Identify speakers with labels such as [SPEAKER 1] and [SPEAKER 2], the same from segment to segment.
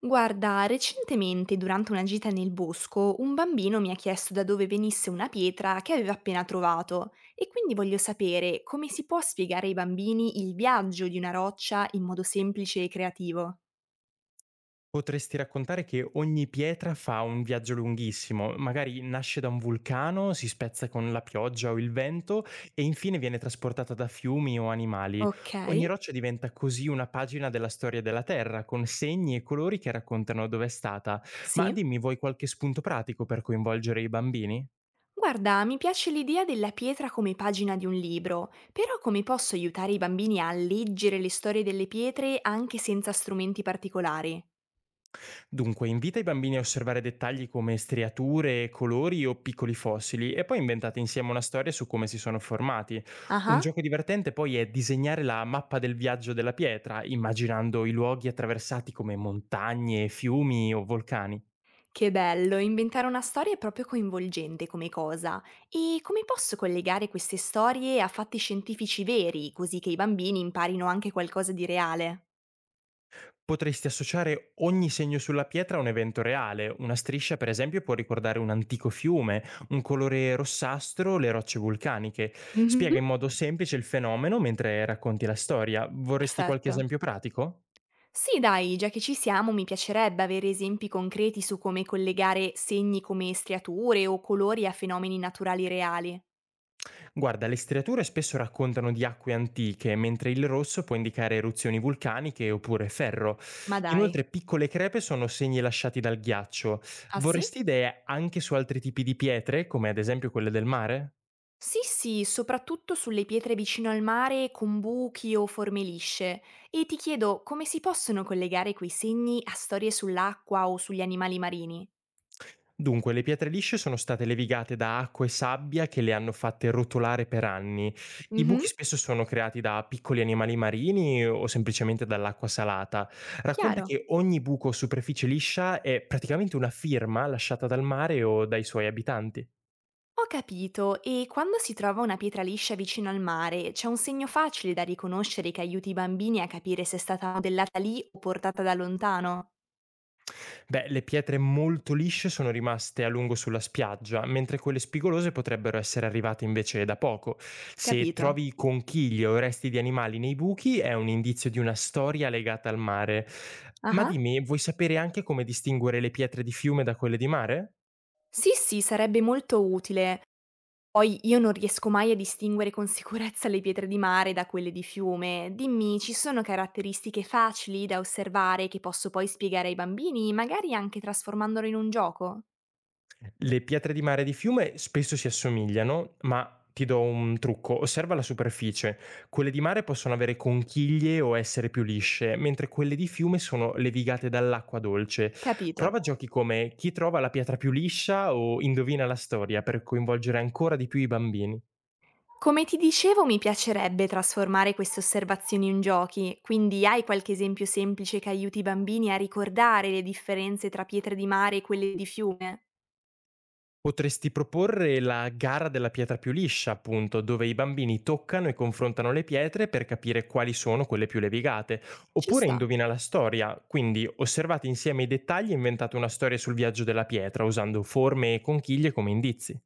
[SPEAKER 1] Guarda, recentemente durante una gita nel bosco un bambino mi ha chiesto da dove venisse una pietra che aveva appena trovato e quindi voglio sapere come si può spiegare ai bambini il viaggio di una roccia in modo semplice e creativo.
[SPEAKER 2] Potresti raccontare che ogni pietra fa un viaggio lunghissimo, magari nasce da un vulcano, si spezza con la pioggia o il vento e infine viene trasportata da fiumi o animali.
[SPEAKER 1] Ok,
[SPEAKER 2] Ogni roccia diventa così una pagina della storia della Terra, con segni e colori che raccontano dove è stata. Ma
[SPEAKER 1] sì.
[SPEAKER 2] dimmi, vuoi qualche spunto pratico per coinvolgere i bambini?
[SPEAKER 1] Guarda, mi piace l'idea della pietra come pagina di un libro, però come posso aiutare i bambini a leggere le storie delle pietre anche senza strumenti particolari?
[SPEAKER 2] Dunque, invita i bambini a osservare dettagli come striature, colori o piccoli fossili e poi inventate insieme una storia su come si sono formati. Un
[SPEAKER 1] Ah.
[SPEAKER 2] gioco divertente poi è disegnare la mappa del viaggio della pietra, immaginando i luoghi attraversati come montagne, fiumi o vulcani.
[SPEAKER 1] Che bello, inventare una storia è proprio coinvolgente come cosa. E come posso collegare queste storie a fatti scientifici veri, così che i bambini imparino anche qualcosa di reale?
[SPEAKER 2] Potresti associare ogni segno sulla pietra a un evento reale. Una striscia, per esempio, può ricordare un antico fiume, un colore rossastro, le rocce vulcaniche.
[SPEAKER 1] Mhm.
[SPEAKER 2] Spiega in modo semplice il fenomeno mentre racconti la storia. Vorresti qualche
[SPEAKER 1] Perfetto.
[SPEAKER 2] esempio pratico?
[SPEAKER 1] Sì, dai, già che ci siamo, mi piacerebbe avere esempi concreti su come collegare segni come striature o colori a fenomeni naturali reali.
[SPEAKER 2] Guarda, le striature spesso raccontano di acque antiche, mentre il rosso può indicare eruzioni vulcaniche oppure ferro.
[SPEAKER 1] Ma dai.
[SPEAKER 2] Inoltre, piccole crepe sono segni lasciati dal ghiaccio.
[SPEAKER 1] Ah, sì?
[SPEAKER 2] Vorresti idee anche su altri tipi di pietre, come ad esempio quelle del mare?
[SPEAKER 1] Sì, sì, soprattutto sulle pietre vicino al mare con buchi o forme lisce. E ti chiedo come si possono collegare quei segni a storie sull'acqua o sugli animali marini?
[SPEAKER 2] Dunque, le pietre lisce sono state levigate da acqua e sabbia che le hanno fatte rotolare per anni. I
[SPEAKER 1] Mhm.
[SPEAKER 2] buchi spesso sono creati da piccoli animali marini o semplicemente dall'acqua salata. Racconta
[SPEAKER 1] Chiaro.
[SPEAKER 2] che ogni buco o superficie liscia è praticamente una firma lasciata dal mare o dai suoi abitanti.
[SPEAKER 1] Ho capito, e quando si trova una pietra liscia vicino al mare, c'è un segno facile da riconoscere che aiuti i bambini a capire se è stata modellata lì o portata da lontano?
[SPEAKER 2] Beh, le pietre molto lisce sono rimaste a lungo sulla spiaggia, mentre quelle spigolose potrebbero essere arrivate invece da poco. Se
[SPEAKER 1] Capito.
[SPEAKER 2] trovi conchiglie o resti di animali nei buchi, è un indizio di una storia legata al mare. Ma
[SPEAKER 1] Ah.
[SPEAKER 2] dimmi, vuoi sapere anche come distinguere le pietre di fiume da quelle di mare?
[SPEAKER 1] Sì, sì, sarebbe molto utile. Poi io non riesco mai a distinguere con sicurezza le pietre di mare da quelle di fiume. Dimmi, ci sono caratteristiche facili da osservare che posso poi spiegare ai bambini, magari anche trasformandolo in un gioco?
[SPEAKER 2] Le pietre di mare e di fiume spesso si assomigliano, ma ti do un trucco, osserva la superficie. Quelle di mare possono avere conchiglie o essere più lisce, mentre quelle di fiume sono levigate dall'acqua dolce.
[SPEAKER 1] Capito.
[SPEAKER 2] Prova giochi come chi trova la pietra più liscia o indovina la storia per coinvolgere ancora di più i bambini.
[SPEAKER 1] Come ti dicevo, mi piacerebbe trasformare queste osservazioni in giochi, quindi hai qualche esempio semplice che aiuti i bambini a ricordare le differenze tra pietre di mare e quelle di fiume?
[SPEAKER 2] Potresti proporre la gara della pietra più liscia, appunto, dove i bambini toccano e confrontano le pietre per capire quali sono quelle più levigate,
[SPEAKER 1] Ci
[SPEAKER 2] oppure
[SPEAKER 1] sta.
[SPEAKER 2] indovina la storia, quindi osservate insieme i dettagli e inventate una storia sul viaggio della pietra usando forme e conchiglie come indizi.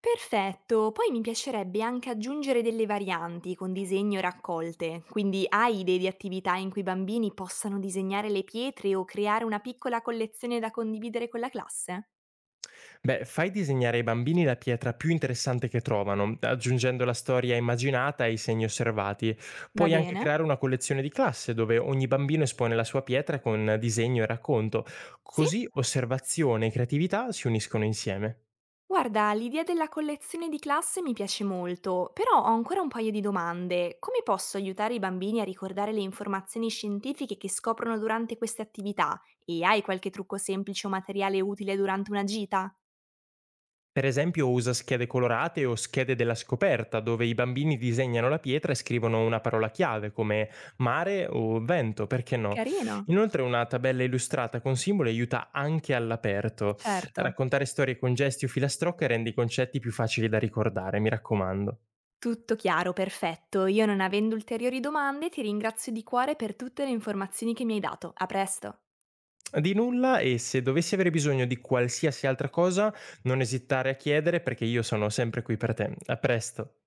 [SPEAKER 1] Perfetto, poi mi piacerebbe anche aggiungere delle varianti con disegni o raccolte, quindi hai idee di attività in cui i bambini possano disegnare le pietre o creare una piccola collezione da condividere con la classe?
[SPEAKER 2] Beh, fai disegnare ai bambini la pietra più interessante che trovano, aggiungendo la storia immaginata e i segni osservati.
[SPEAKER 1] Va
[SPEAKER 2] Puoi anche
[SPEAKER 1] bene?
[SPEAKER 2] creare una collezione di classe dove ogni bambino espone la sua pietra con disegno e racconto,
[SPEAKER 1] Sì?
[SPEAKER 2] così osservazione e creatività si uniscono insieme.
[SPEAKER 1] Guarda, l'idea della collezione di classe mi piace molto, però ho ancora un paio di domande. Come posso aiutare i bambini a ricordare le informazioni scientifiche che scoprono durante queste attività? E hai qualche trucco semplice o materiale utile durante una gita?
[SPEAKER 2] Per esempio usa schede colorate o schede della scoperta, dove i bambini disegnano la pietra e scrivono una parola chiave come mare o vento, perché no?
[SPEAKER 1] Carino,
[SPEAKER 2] Inoltre una tabella illustrata con simboli aiuta anche all'aperto.
[SPEAKER 1] certo.
[SPEAKER 2] Raccontare storie con gesti o filastrocche rende i concetti più facili da ricordare, mi raccomando.
[SPEAKER 1] Tutto chiaro, perfetto. Io non avendo ulteriori domande ti ringrazio di cuore per tutte le informazioni che mi hai dato. A presto.
[SPEAKER 2] Di nulla e se dovessi avere bisogno di qualsiasi altra cosa, non esitare a chiedere perché io sono sempre qui per te. A presto.